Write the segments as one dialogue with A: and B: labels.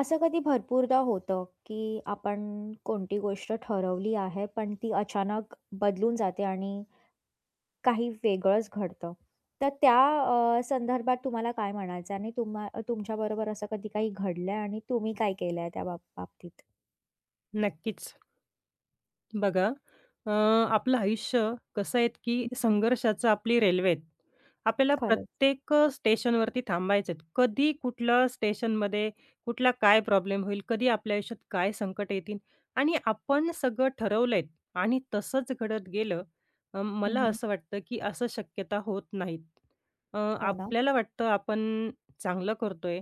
A: असं कधी भरपूरदा होतं, की आपण कोणती गोष्ट ठरवली आहे, पण ती अचानक बदलून जाते आणि काही वेगळंच घडतं. तर त्या संदर्भात तुम्हाला काय म्हणायचं आणि तुमच्याबरोबर असं कधी काही घडलं आणि तुम्ही काय केलं आहे त्या बाबतीत?
B: नक्कीच. बघा अ, आपलं आयुष्य कसं आहे, की
A: हं,
B: संघर्षाचं आपली रेल्वे आहे. आपल्याला
A: खरंच.
B: प्रत्येक स्टेशनवरती थांबायचं आहे. कधी कुठलं स्टेशनमध्ये कुठला काय प्रॉब्लेम होईल, कधी आपल्या आयुष्यात काय संकट येतील आणि आपण सगळं ठरवलं आणि तसंच घडत गेलं, मला
A: हं,
B: असं वाटतं, की असं शक्यता होत नाहीत.
A: हो ना.
B: आपल्याला वाटतं आपण चांगलं करतोय,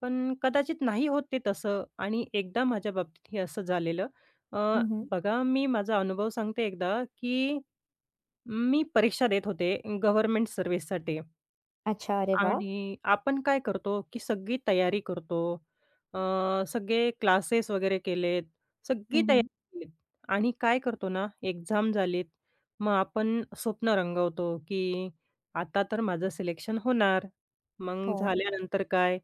B: पण कदाचित नाही होत ते तसं आणि एकदा माझ्या बाबतीत हे असं झालेलं. अ,
A: हं,
B: बघा मी माझा अनुभव सांगते एकदा, की मी परीक्षा देत होते गव्हर्नमेंट सर्व्हिससाठी.
A: अच्छा. अरे वाह!
B: आणि आपण काय करतो, की सगळी तयारी करतो. अ, सगळे क्लासेस वगैरे केलेत, सगळी तयारी
A: हं,
B: केलीत आणि काय करतो ना, एक्झाम झालीत, मग आपण स्वप्न रंगवतो, की आता तर माझं सिलेक्शन होणार. मग
A: हो.
B: झाल्यानंतर काय,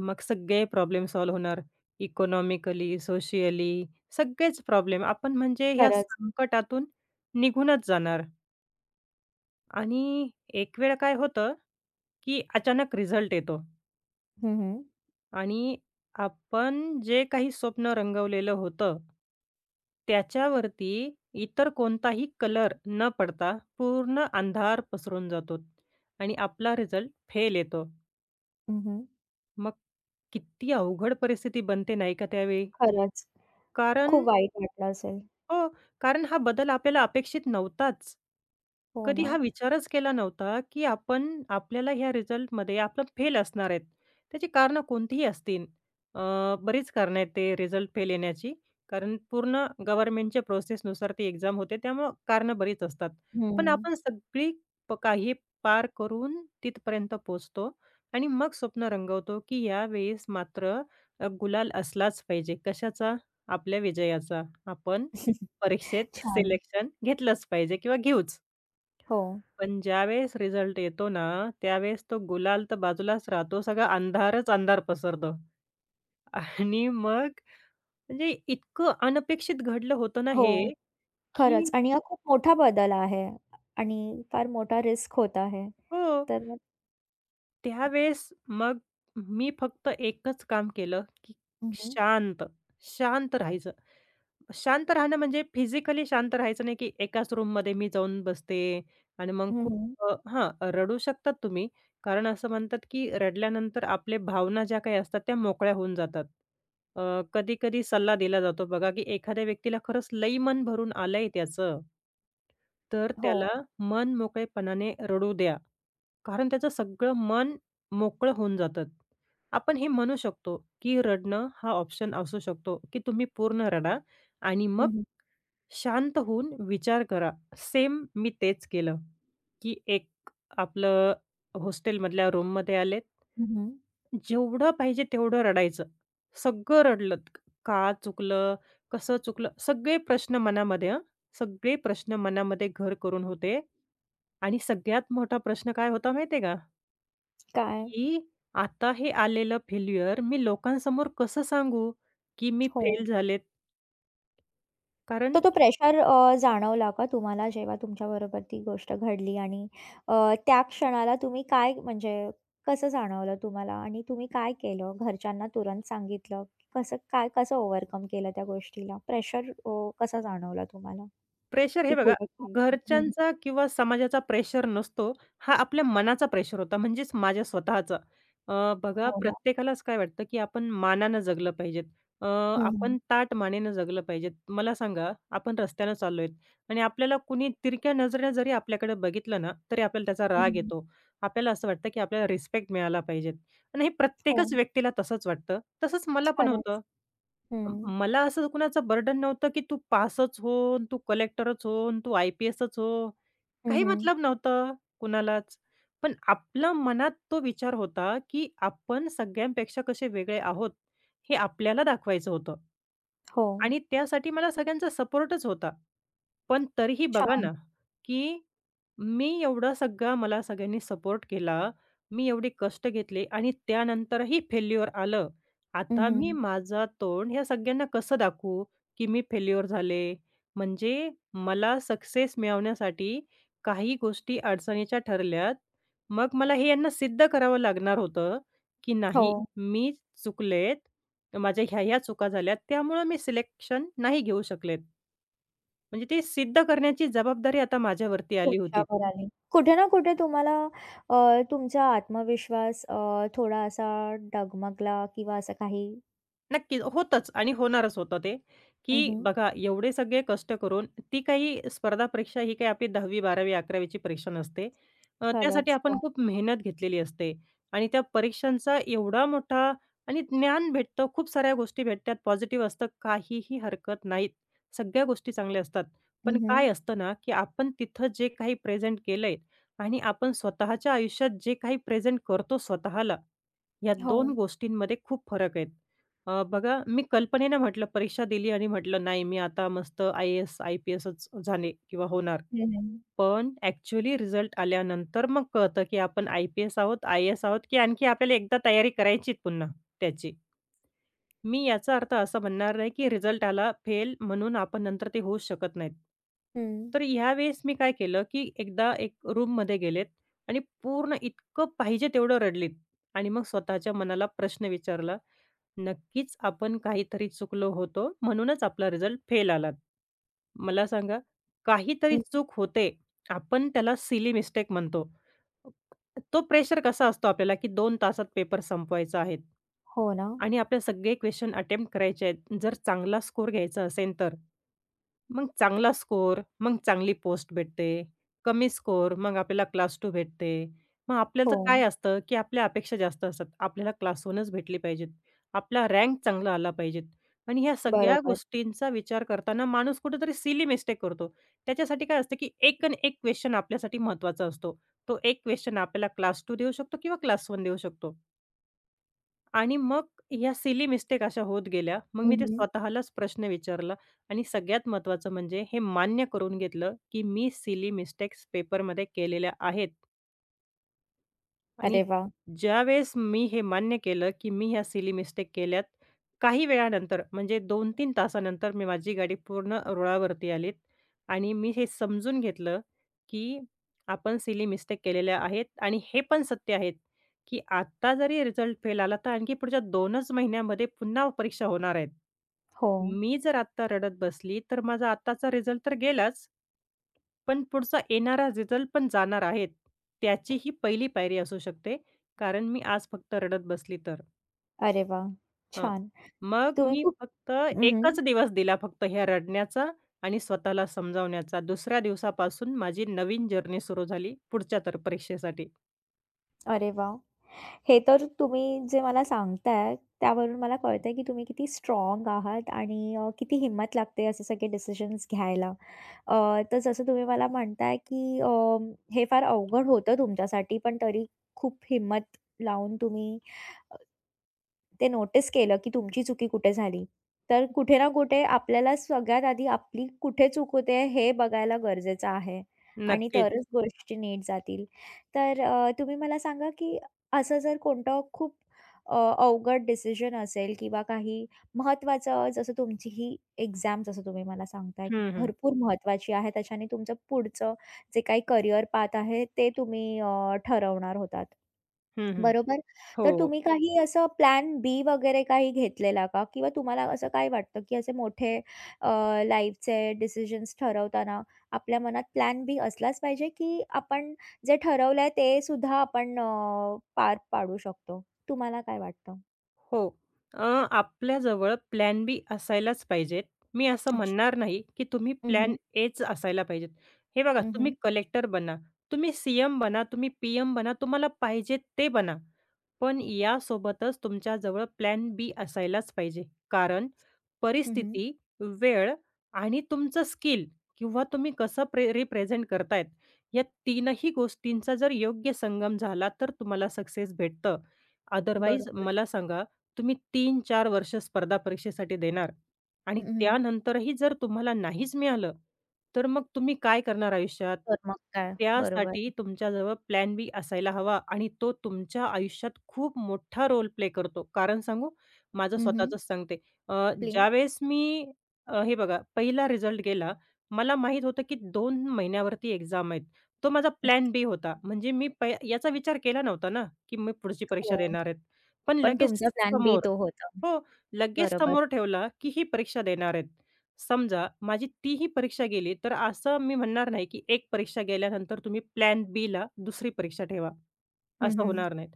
B: मग सगळे प्रॉब्लेम सॉल्व्ह होणार. इकॉनॉमिकली, सोशियली सगळेच प्रॉब्लेम. आपण म्हणजे ह्या
A: खरंच.
B: संकटातून निघूनच जाणार आणि एक वेळ काय होतं, की अचानक रिझल्ट येतो.
A: हं, हं.
B: आणि आपण जे काही स्वप्न रंगवलेलं होतं, त्याच्यावरती इतर कोणताही कलर न पडता पूर्ण अंधार पसरून जातो आणि आपला रिझल्ट फेल येतो. मग किती अवघड परिस्थिती बनते नाही का त्यावेळी?
A: खरंच.
B: कारण
A: खूप वाईट वाटलं असेल.
B: हो, कारण हा बदल आपल्याला अपेक्षित नव्हताच.
A: हो
B: कधी हा
A: ना.
B: विचारच केला नव्हता, की आपण आपल्याला ह्या रिझल्टमध्ये आपण फेल असणार आहेत. त्याची कारणं कोणतीही असतील. बरीच कारणं आहेत ते रिझल्ट फेल येण्याची. कारण पूर्ण गव्हर्नमेंटच्या प्रोसेसनुसार ती एक्झाम होते. त्यामुळं कारणं बरीच असतात. पण
A: हं.
B: आपण सगळी काही पार करून तिथपर्यंत पोहोचतो आणि मग स्वप्न रंगवतो, की यावेळेस मात्र गुलाल असलाच पाहिजे. कशाचा? आपल्या विजयाचा. आपण परीक्षेत
A: छान.
B: सिलेक्शन घेतलंच पाहिजे किंवा घेऊच.
A: हो.
B: पण ज्यावेळेस रिझल्ट येतो ना, त्यावेळेस तो गुलाल तर बाजूलाच राहतो. सगळा अंधारच अंधार पसरतो. आणि मग म्हणजे इतकं अनपेक्षित घडलं होतं ना
A: हो.
B: हे, की
A: खरंच आणि हा खूप मोठा बदल आहे आणि फार मोठा रिस्क होता आहे.
B: हो.
A: तर मग
B: त्यावेळेस मग मी फक्त एकच काम केलं, की
A: हं, हं.
B: शांत, शांत राहायचं. शांत राहणं म्हणजे फिजिकली शांत राहायचं नाही, की एकाच रूममध्ये मी जाऊन बसते आणि मग खूप हां, रडू शकतात तुम्ही. कारण असं म्हणतात, की रडल्यानंतर आपले भावना ज्या काही असतात त्या मोकळ्या होऊन जातात. कधी-कधी सल्ला दिला जातो बघा, की एखाद्या व्यक्तीला खरंच लई मन भरून आलंय त्याचं, तर
A: हो.
B: त्याला मन मोकळेपणाने रडू द्या. कारण त्याचं सगळं मन मोकळं होऊन जातं. आपण हे म्हणू शकतो, की रडणं हा ऑप्शन असू शकतो, की तुम्ही पूर्ण रडा आणि मग
A: हं, हं.
B: शांत होऊन विचार करा. सेम मी तेच केलं, की एक आपलं हॉस्टेलमधल्या रूममध्ये आलेत. जेवढं पाहिजे तेवढं रडायचं. सगळं रडलं. का चुकलं? कसं चुकलं? सगळे प्रश्न मनामध्ये सगळे प्रश्न मनामध्ये घर करून होते आणि सगळ्यात मोठा प्रश्न काय होता माहिती का?
A: काय?
B: की आता हे आलेलं फेल्युअर मी लोकांसमोर कसं सांगू, की मी
A: हो.
B: फेल झालेत? कारण
A: तर तो प्रेशर जाणवला का तुम्हाला जेव्हा तुमच्याबरोबर ती गोष्ट घडली आणि अ, त्या क्षणाला तुम्ही काय म्हणजे कसं जाणवलं तुम्हाला आणि तुम्ही काय केलं? घरच्यांना तुरंत सांगितलं? कसं काय कसं ओव्हरकम केलं त्या गोष्टीला? प्रेशर कसा जाणवला तुम्हाला?
B: प्रेशर हे
A: की
B: बघा,
A: पुढे काय? हं.
B: घरच्यांचा किंवा समाजाचा प्रेशर नसतो. हा आपल्या मनाचा प्रेशर होता, म्हणजेच माझ्या स्वतःचा. बघा
A: हो ना.
B: प्रत्येकालाच काय वाटतं, की आपण मानानं जगलं पाहिजेत. अ,
A: हं, हं.
B: आपण ताठ मानेनं जगलं पाहिजेत. मला सांगा, आपण रस्त्यानं चाललोय आणि आपल्याला कुणी तिरक्या नजरेनं जरी आपल्याकडे बघितलं ना, तरी आपल्याला त्याचा राग
A: हं,
B: येतो. आपल्याला असं वाटतं, की आपल्याला रिस्पेक्ट मिळाला पाहिजेत आणि हे
A: हो.
B: प्रत्येकच व्यक्तीला तसंच वाटतं. तसंच मला पण होतं.
A: खरंच. हं.
B: मला असं कुणाचं बर्डन नव्हतं, की तू पासच हो, अन् तू कलेक्टरच हो अन् तू आय-पी-एसच हो.
A: हं,
B: काही
A: हं.
B: मतलब नव्हतं कुणालाच. पण आपल्या मनात तो विचार होता, की आपण सगळ्यांपेक्षा कसे वेगळे आहोत, हे आपल्याला दाखवायचं होतं.
A: हो.
B: आणि त्यासाठी मला सगळ्यांचा सपोर्टच होता. पण तरीही बघा ना,
A: छान.
B: की मी एवढा सगळा मला सगळ्यांनी सपोर्ट केला. मी एवढे कष्ट घेतले आणि त्यानंतरही फेल्युअर आलं.
A: हं,
B: आता
A: हं.
B: मी माझं तोंड ह्या सगळ्यांना कसं दाखवू, की मी फेल्युअर झाले? म्हणजे मला सक्सेस मिळवण्यासाठी काही गोष्टी अडचणीच्या ठरल्यात. मग मला हे यांना सिद्ध करावं लागणार होतं, की
A: हो.
B: नाही मी चुकलेत. माझ्या ह्या-ह्या चुका झाल्यात, त्यामुळं मी सिलेक्शन नाही घेऊ शकलेत. म्हणजे ते सिद्ध करण्याची जबाबदारी आता माझ्यावरती
A: खूप
B: आली होती.
A: छान आली. कुठे ना कुठे तुम्हाला तुमचा आत्मविश्वास थोडा असा डगमगला किंवा असं काही
B: नक्कीच. होतंच आणि होणारच होतं ते,
A: हं,
B: की
A: हं.
B: बघा एवढे सगळे कष्ट करून ती काही स्पर्धा परीक्षा ही काही आपली 10वी, 12वी, 11वीची परीक्षा नसते. त्यासाठी
A: खरंच.
B: आपण
A: हो.
B: खूप मेहनत घेतलेली असते आणि त्या परीक्षांचा एवढा मोठा आणि ज्ञान भेटतं, खूप साऱ्या गोष्टी भेटतात, पॉझिटिव्ह असतं, काहीही हरकत नाहीत. सगळ्या गोष्टी चांगल्या असतात.
A: हं,
B: पण काय
A: हं.
B: असतं ना, की आपण तिथं जे काही प्रेझेंट केलंय आणि आपण स्वतःच्या आयुष्यात जे काही प्रेझेंट करतो स्वतःला, या
A: हो.
B: 2 गोष्टींमध्ये खूप फरक आहेत. बघा मी कल्पनेनं म्हटलं परीक्षा दिली आणि म्हटलं नाही मी आता मस्त आय-ए-एस, आय-पी-एसच झाले किंवा होणार.
A: हं, हं.
B: पण ॲक्चुअली रिझल्ट आल्यानंतर मग कळतं, की आपण आय-पी-एस आहोत, आय एस आहोत, की आणखी आपल्याला एकदा तयारी करायची पुन्हा त्याची. मी याचा अर्थ असा म्हणणार नाही, की रिझल्ट आला फेल म्हणून आपण नंतर ते होऊच शकत नाहीत.
A: हं.
B: तर ह्यावेळेस मी काय केलं, की एकदा एक रूममध्ये गेलेत आणि पूर्ण इतकं पाहिजे तेवढं रडलीत आणि मग स्वतःच्या मनाला प्रश्न विचारला, नक्कीच आपण काहीतरी चुकलो होतो, म्हणूनच आपला रिझल्ट फेल आला. मला सांगा, काहीतरी
A: हं.
B: चूक होते. आपण त्याला सिली मिस्टेक म्हणतो. तो प्रेशर कसा असतो आपल्याला, की दोन तासात पेपर संपवायचा आहे.
A: हो ना.
B: आणि आपल्या सगळे क्वेश्चन अटेम्प्ट करायचे आहेत. जर चांगला स्कोर घ्यायचा असेल तर. मग चांगला स्कोर, मग चांगली पोस्ट भेटते. कमी स्कोर, मग आपल्याला क्लास 2 भेटते. मग आपल्याचं
A: हो.
B: काय असतं, की आपल्या अपेक्षा जास्त असतात. आपल्याला क्लास 1च भेटली पाहिजेत. आपला रँक चांगला आला पाहिजेत. आणि ह्या सगळ्या
A: बरोबर.
B: गोष्टींचा विचार करताना माणूस कुठेतरी सिली मिस्टेक करतो. त्याच्यासाठी काय असतं, की एक अन् एक क्वेश्चन आपल्यासाठी महत्त्वाचा असतो. तो एक क्वेश्चन आपल्याला क्लास 2 देऊ शकतो किंवा क्लास 1 देऊ शकतो. आणि मग ह्या सिली मिस्टेक अशा होत गेल्या. मग
A: हं,
B: मी ते
A: हं.
B: स्वतःलाच प्रश्न विचारला आणि सगळ्यात महत्त्वाचं म्हणजे हे मान्य करून घेतलं, की मी सिली मिस्टेक्स पेपरमध्ये केलेल्या आहेत. आणि
A: अरे वाह!
B: ज्यावेळेस मी हे मान्य केलं, की मी ह्या सिली मिस्टेक केल्यात, काही वेळानंतर म्हणजे 2-3 तासानंतर मी माझी गाडी पूर्ण रुळावरती आलीत आणि मी हे समजून घेतलं, की आपण सिली मिस्टेक केलेल्या आहेत आणि हे पण सत्य आहेत, की आत्ता जरी रिझल्ट फेल आला, तर आणखी पुढच्या 2च महिन्यामध्ये पुन्हा परीक्षा होणार आहेत.
A: हो.
B: मी जर आत्ता रडत बसली, तर माझा आत्ताचा रिझल्ट तर गेलाच. पण पुढचा येणारा रिझल्ट पण जाणार आहेत. त्याची ही पहिली पायरी असू शकते. कारण मी आज फक्त रडत बसली तर.
A: अरे वाह!
B: हं.
A: छान.
B: मग
A: तुम्ही
B: मी
A: खूप
B: फक्त
A: हं, हं.
B: एकच दिवस दिला फक्त ह्या रडण्याचा आणि स्वतःला समजावण्याचा. दुसऱ्या दिवसापासून माझी नवीन जर्नी सुरू झाली पुढच्या तर परीक्षेसाठी.
A: अरे वाह! हे तर तुम्ही जे मला सांगताय, त्यावरून मला कळतंय की तुम्ही किती स्ट्रॉंग आहात आणि किती हिम्मत लागते असे सगळे डिसिजन्स घ्यायला. अ, तर जसं तुम्ही मला म्हणताय की हे फार अवघड होतं तुमच्यासाठी, पण तरी खूप हिम्मत लावून तुम्ही ते नोटीस केलं, की तुमची चुकी कुठे झाली. तर कुठे ना कुठे आपल्याला सगळ्यात आधी आपली कुठे चूक होते हे बघायला गरजेचं आहे आणि
B: नक्कीच.
A: तरच गोष्टी नीट जातील. तर तुम्ही मला सांगा, की असं जर कोणतं खूप अ, अवघड डिसिजन असेल किंवा काही महत्त्वाचं जसं तुमची ही एक्झाम जसं तुम्ही मला सांगताय, की
B: हं, हं.
A: भरपूर महत्त्वाची आहे. त्याच्याने तुमचं पुढचं जे काही करियर पाथ आहे ते तुम्ही ठरवणार होतात.
B: हं, हं.
A: बरोबर. तर
B: हो.
A: तुम्ही काही असं प्लॅन बी वगैरे काही घेतलेला का? किंवा तुम्हाला असं काय वाटतं, की असे मोठे अ, लाईफचे डिसिजन्स ठरवताना आपल्या मनात प्लॅन बी असलाच पाहिजे, की आपण जे ठरवलंय ते सुद्धा आपण पार पाडू शकतो? तुम्हाला काय वाटतं?
B: हो. अ, आपल्याजवळ प्लॅन बी असायलाच पाहिजेत. मी असं
A: अच्छा.
B: म्हणणार नाही, की तुम्ही
A: हं,
B: प्लॅन
A: हं.
B: एच असायला पाहिजेत. हे बघा तुम्ही
A: हं,
B: कलेक्टर बना, तुम्ही सीएम बना, तुम्ही पीएम बना, तुम्हाला पाहिजे ते बना. पण यासोबतच तुमच्याजवळ प्लॅन बी असायलाच पाहिजे. कारण परिस्थिती, वेळ आणि तुमचं स्किल किंवा तुम्ही कसं रिप्रेझेंट करतायत, या तीनही गोष्टींचा जर योग्य संगम झाला, तर तुम्हाला सक्सेस भेटतं. अदरवाईज
A: बरोबर.
B: मला सांगा, तुम्ही 3-4 वर्ष स्पर्धा परीक्षेसाठी देणार आणि
A: हं,
B: त्यानंतरही जर तुम्हाला नाहीच मिळालं, तर मग तुम्ही काय करणार आयुष्यात?
A: तर मग काय? बरोबर.
B: त्यासाठी तुमच्याजवळ प्लॅन बी असायला हवा आणि तो तुमच्या आयुष्यात खूप मोठा रोल प्ले करतो. कारण सांगू? माझं
A: हं,
B: स्वतःचंच सांगते. अ,
A: प्लीज.
B: ज्यावेळेस मी हे बघा पहिला रिझल्ट गेला, मला माहीत होतं की 2 महिन्यावरती एक्झाम आहेत. तो माझा प्लॅन बी होता. म्हणजे मी याचा विचार केला नव्हता ना, की मी पुढची परीक्षा
A: हो.
B: देणार आहेत. पण
A: पण
B: लगेच
A: तुमचा प्लॅन बी
B: समोर
A: तो होता.
B: हो. लगेच
A: बरोबर.
B: समोर ठेवला, की ही परीक्षा देणार आहेत. समजा माझी तीही परीक्षा गेली, तर असं मी म्हणणार नाही, की एक परीक्षा गेल्यानंतर तुम्ही प्लॅन बीला दुसरी परीक्षा ठेवा.
A: हं,
B: असं
A: हं.
B: होणार नाहीत.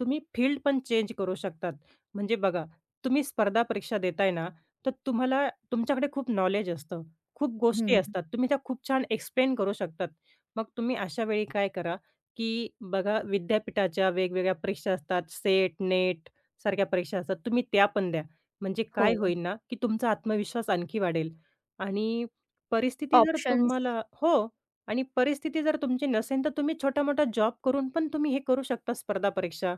B: तुम्ही फील्ड पण चेंज करू शकतात. म्हणजे बघा, तुम्ही स्पर्धा परीक्षा देताय ना, तर तुम्हाला तुमच्याकडे खूप नॉलेज असतं. खूप गोष्टी
A: हं.
B: असतात. तुम्ही त्या खूप छान एक्सप्लेन करू शकतात. मग तुम्ही अशा वेळी काय करा, की बघा विद्यापीठाच्या वेगवेगळ्या परीक्षा असतात. सेट, नेट सारख्या परीक्षा असतात. तुम्ही त्या पण द्या. म्हणजे
A: हो.
B: काय होईल ना, की तुमचा आत्मविश्वास आणखी वाढेल आणि परिस्थिती जर
A: ऑप्शन्स
B: तुम्हाला हो आणि परिस्थिती जर तुमची नसेल, तर तुम्ही छोटा-मोठा जॉब करून पण तुम्ही हे करू शकता स्पर्धा परीक्षा.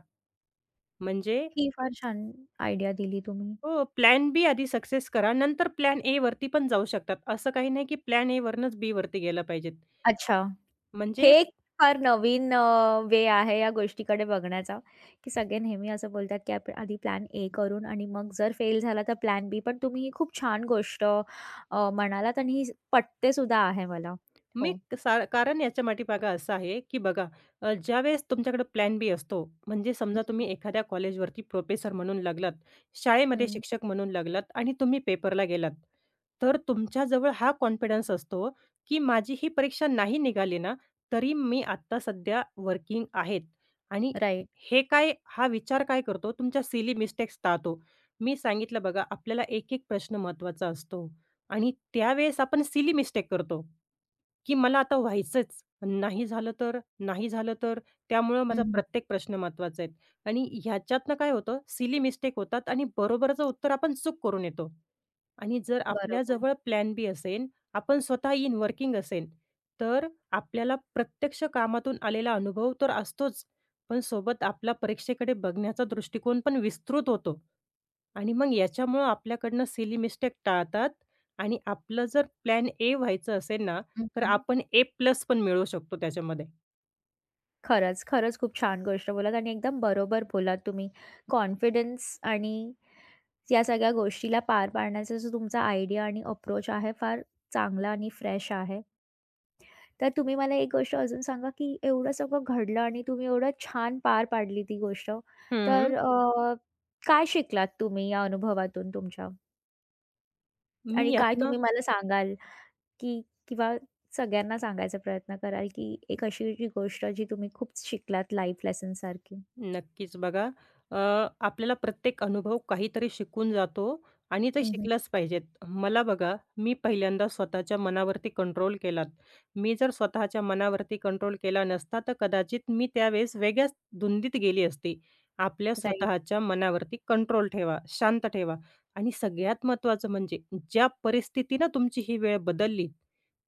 B: म्हणजे
A: ही फार छान आयडिया दिली तुम्ही.
B: हो, प्लॅन बी आधी सक्सेस करा, नंतर प्लॅन ए वरती पण जाऊ शकतात. असं काही नाही, की प्लॅन ए वरनंच बी वरती गेलं पाहिजेत.
A: अच्छा, हे
B: म्हणजे
A: एक फार नवीन वे आहे या गोष्टीकडे बघण्याचा, की सगळे नेहमी असं बोलतात, की आपण आधी प्लॅन ए करून आणि मग जर फेल झाला तर प्लॅन बी. पण तुम्ही ही खूप छान गोष्ट म्हणालात आणि ही पटते सुद्धा आहे मला.
B: मी
A: हो.
B: कारण याच्या पाठीमागे असं आहे, की बघा ज्यावेळेस तुमच्याकडे प्लॅन बी असतो, म्हणजे समजा तुम्ही एखाद्या कॉलेजवरती प्रोफेसर म्हणून लागलात, शाळेमध्ये
A: हं. Right.
B: शिक्षक म्हणून लागलात आणि तुम्ही पेपरला गेलात. तर तुमच्याजवळ हा कॉन्फिडन्स असतो, की माझी ही परीक्षा नाही निघाली ना, तरी मी आत्ता सध्या वर्किंग आहेत आणि
A: हं, राइट.
B: हे काय हा विचार काय करतो, तुमच्या सिली मिस्टेक्स टाळतो. मी सांगितलं बघा आपल्याला एक-एक प्रश्न महत्त्वाचा असतो. आणि त्यावेळेस आपण सिली मिस्टेक करतो, की मला आता व्हायचंच. नाही झालं तर? नाही झालं तर? त्यामुळं माझा प्रत्येक प्रश्न महत्त्वाचा आहे. आणि ह्याच्यातनं काय होतं, सिली मिस्टेक होतात आणि बरोबरचं उत्तर आपण चूक करून येतो. आणि जर
A: बरोबर.
B: आपल्याजवळ प्लॅन बी असेल, आपण स्वतः इन वर्किंग असेल, तर आपल्याला प्रत्यक्ष कामातून आलेला अनुभव तर असतोच, पण सोबत आपला परीक्षेकडे बघण्याचा दृष्टिकोन पण विस्तृत होतो. आणि मग याच्यामुळं आपल्याकडनं सिली मिस्टेक टाळतात आणि आपलं जर प्लॅन ए व्हायचं असेल ना, तर
A: हं,
B: आपण ए प्लस पण मिळवू शकतो त्याच्यामध्ये.
A: खरंच खूप छान गोष्ट बोललात आणि एकदम बरोबर बोललात तुम्ही. कॉन्फिडन्स आणि या सगळ्या गोष्टीला पार पाडण्याचा जो तुमचा आयडिया आणि अप्रोच आहे फार चांगला आणि फ्रेश आहे. तर तुम्ही मला एक गोष्ट अजून सांगा, की एवढं सगळं घडलं आणि तुम्ही एवढं छान पार पाडली ती गोष्ट.
B: हं, हं.
A: तर काय शिकलात तुम्ही या अनुभवातून तुमच्या?
B: मी
A: आणि काय
B: यातनं
A: तुम्ही मला सांगाल, की किंवा सगळ्यांना सांगायचा प्रयत्न कराल, की एक अशी जी गोष्ट जी तुम्ही खूप शिकलात लाईफ लेसन सारखी?
B: नक्कीच. बघा अ, आपल्याला प्रत्येक अनुभव काहीतरी शिकून जातो आणि ते शिकलंच पाहिजेत. मला बघा, मी पहिल्यांदा स्वतःच्या मनावरती कंट्रोल केलात. मी जर स्वतःच्या मनावरती कंट्रोल केला नसता, तर कदाचित मी त्यावेळेस वेगळ्याच धुंदीत गेली असती. आपल्या
A: राइट.
B: स्वतःच्या मनावरती कंट्रोल ठेवा, शांत ठेवा आणि सगळ्यात महत्त्वाचं म्हणजे ज्या परिस्थितीनं तुमची ही वेळ बदलली,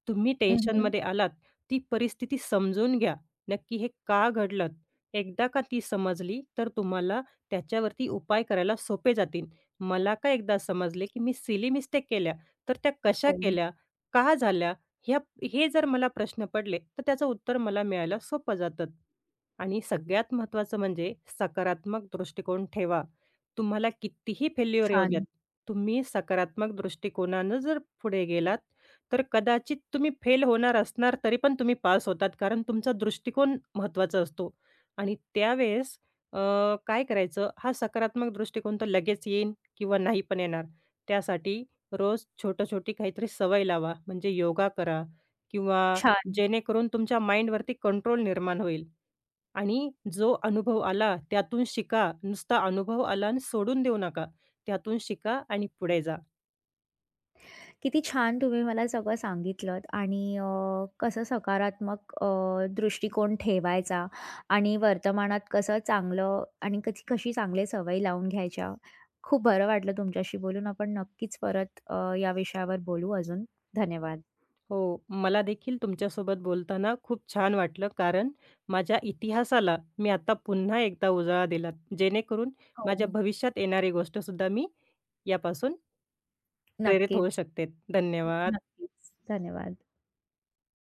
B: तुम्ही
A: हं,
B: टेन्शनमध्ये आलात, ती परिस्थिती समजून घ्या. नक्की हे का घडलं? एकदा का ती समजली, तर तुम्हाला त्याच्यावरती उपाय करायला सोपे जातील. मला का एकदा समजले, की मी सिली मिस्टेक केल्या, तर त्या कशा
A: हो.
B: केल्या, का झाल्या, ह्या हे जर मला प्रश्न पडले, तर त्याचं उत्तर मला मिळायला सोपं जातं. आणि सगळ्यात महत्त्वाचं म्हणजे सकारात्मक दृष्टिकोन ठेवा. तुम्हाला कितीही फेल्युअर येऊ द्यात,
A: छान,
B: तुम्ही सकारात्मक दृष्टिकोनानं जर पुढे गेलात, तर कदाचित तुम्ही फेल होणार असणार, तरी पण तुम्ही पास होतात. कारण तुमचा दृष्टिकोन महत्त्वाचा असतो. आणि त्यावेळेस अ, काय करायचं, हा सकारात्मक दृष्टिकोन तर लगेच येईन किंवा नाही पण येणार. त्यासाठी रोज छोटी-छोटी काहीतरी सवय लावा. म्हणजे योगा करा किंवा
A: छान.
B: जेणेकरून तुमच्या माइंडवरती कंट्रोल निर्माण होईल आणि जो अनुभव आला त्यातून शिका. नुसता अनुभव आला आणि सोडून देऊ नका. त्यातून शिका आणि पुढे जा.
A: किती छान तुम्ही मला सगळं सांगितलत आणि कसं सकारात्मक दृष्टिकोन ठेवायचा आणि वर्तमानात कसं चांगलं आणि कशी कशी चांगली सवयी लावून घ्यायच्या. खूप बरं वाटलं तुमच्याशी बोलून. आपण नक्कीच परत या विषयावर बोलू अजून. धन्यवाद.
B: हो, मला देखील तुमच्यासोबत बोलताना खूप छान वाटलं, कारण माझ्या इतिहासाला मी आता पुन्हा एकदा उजाळा दिला, जेणेकरून
A: हो.
B: माझ्या भविष्यात येणारी गोष्टसुद्धा मी यापासून प्रेरित होऊ
A: नक्कीच,
B: शकते. धन्यवाद.
A: नक्कीच. धन्यवाद.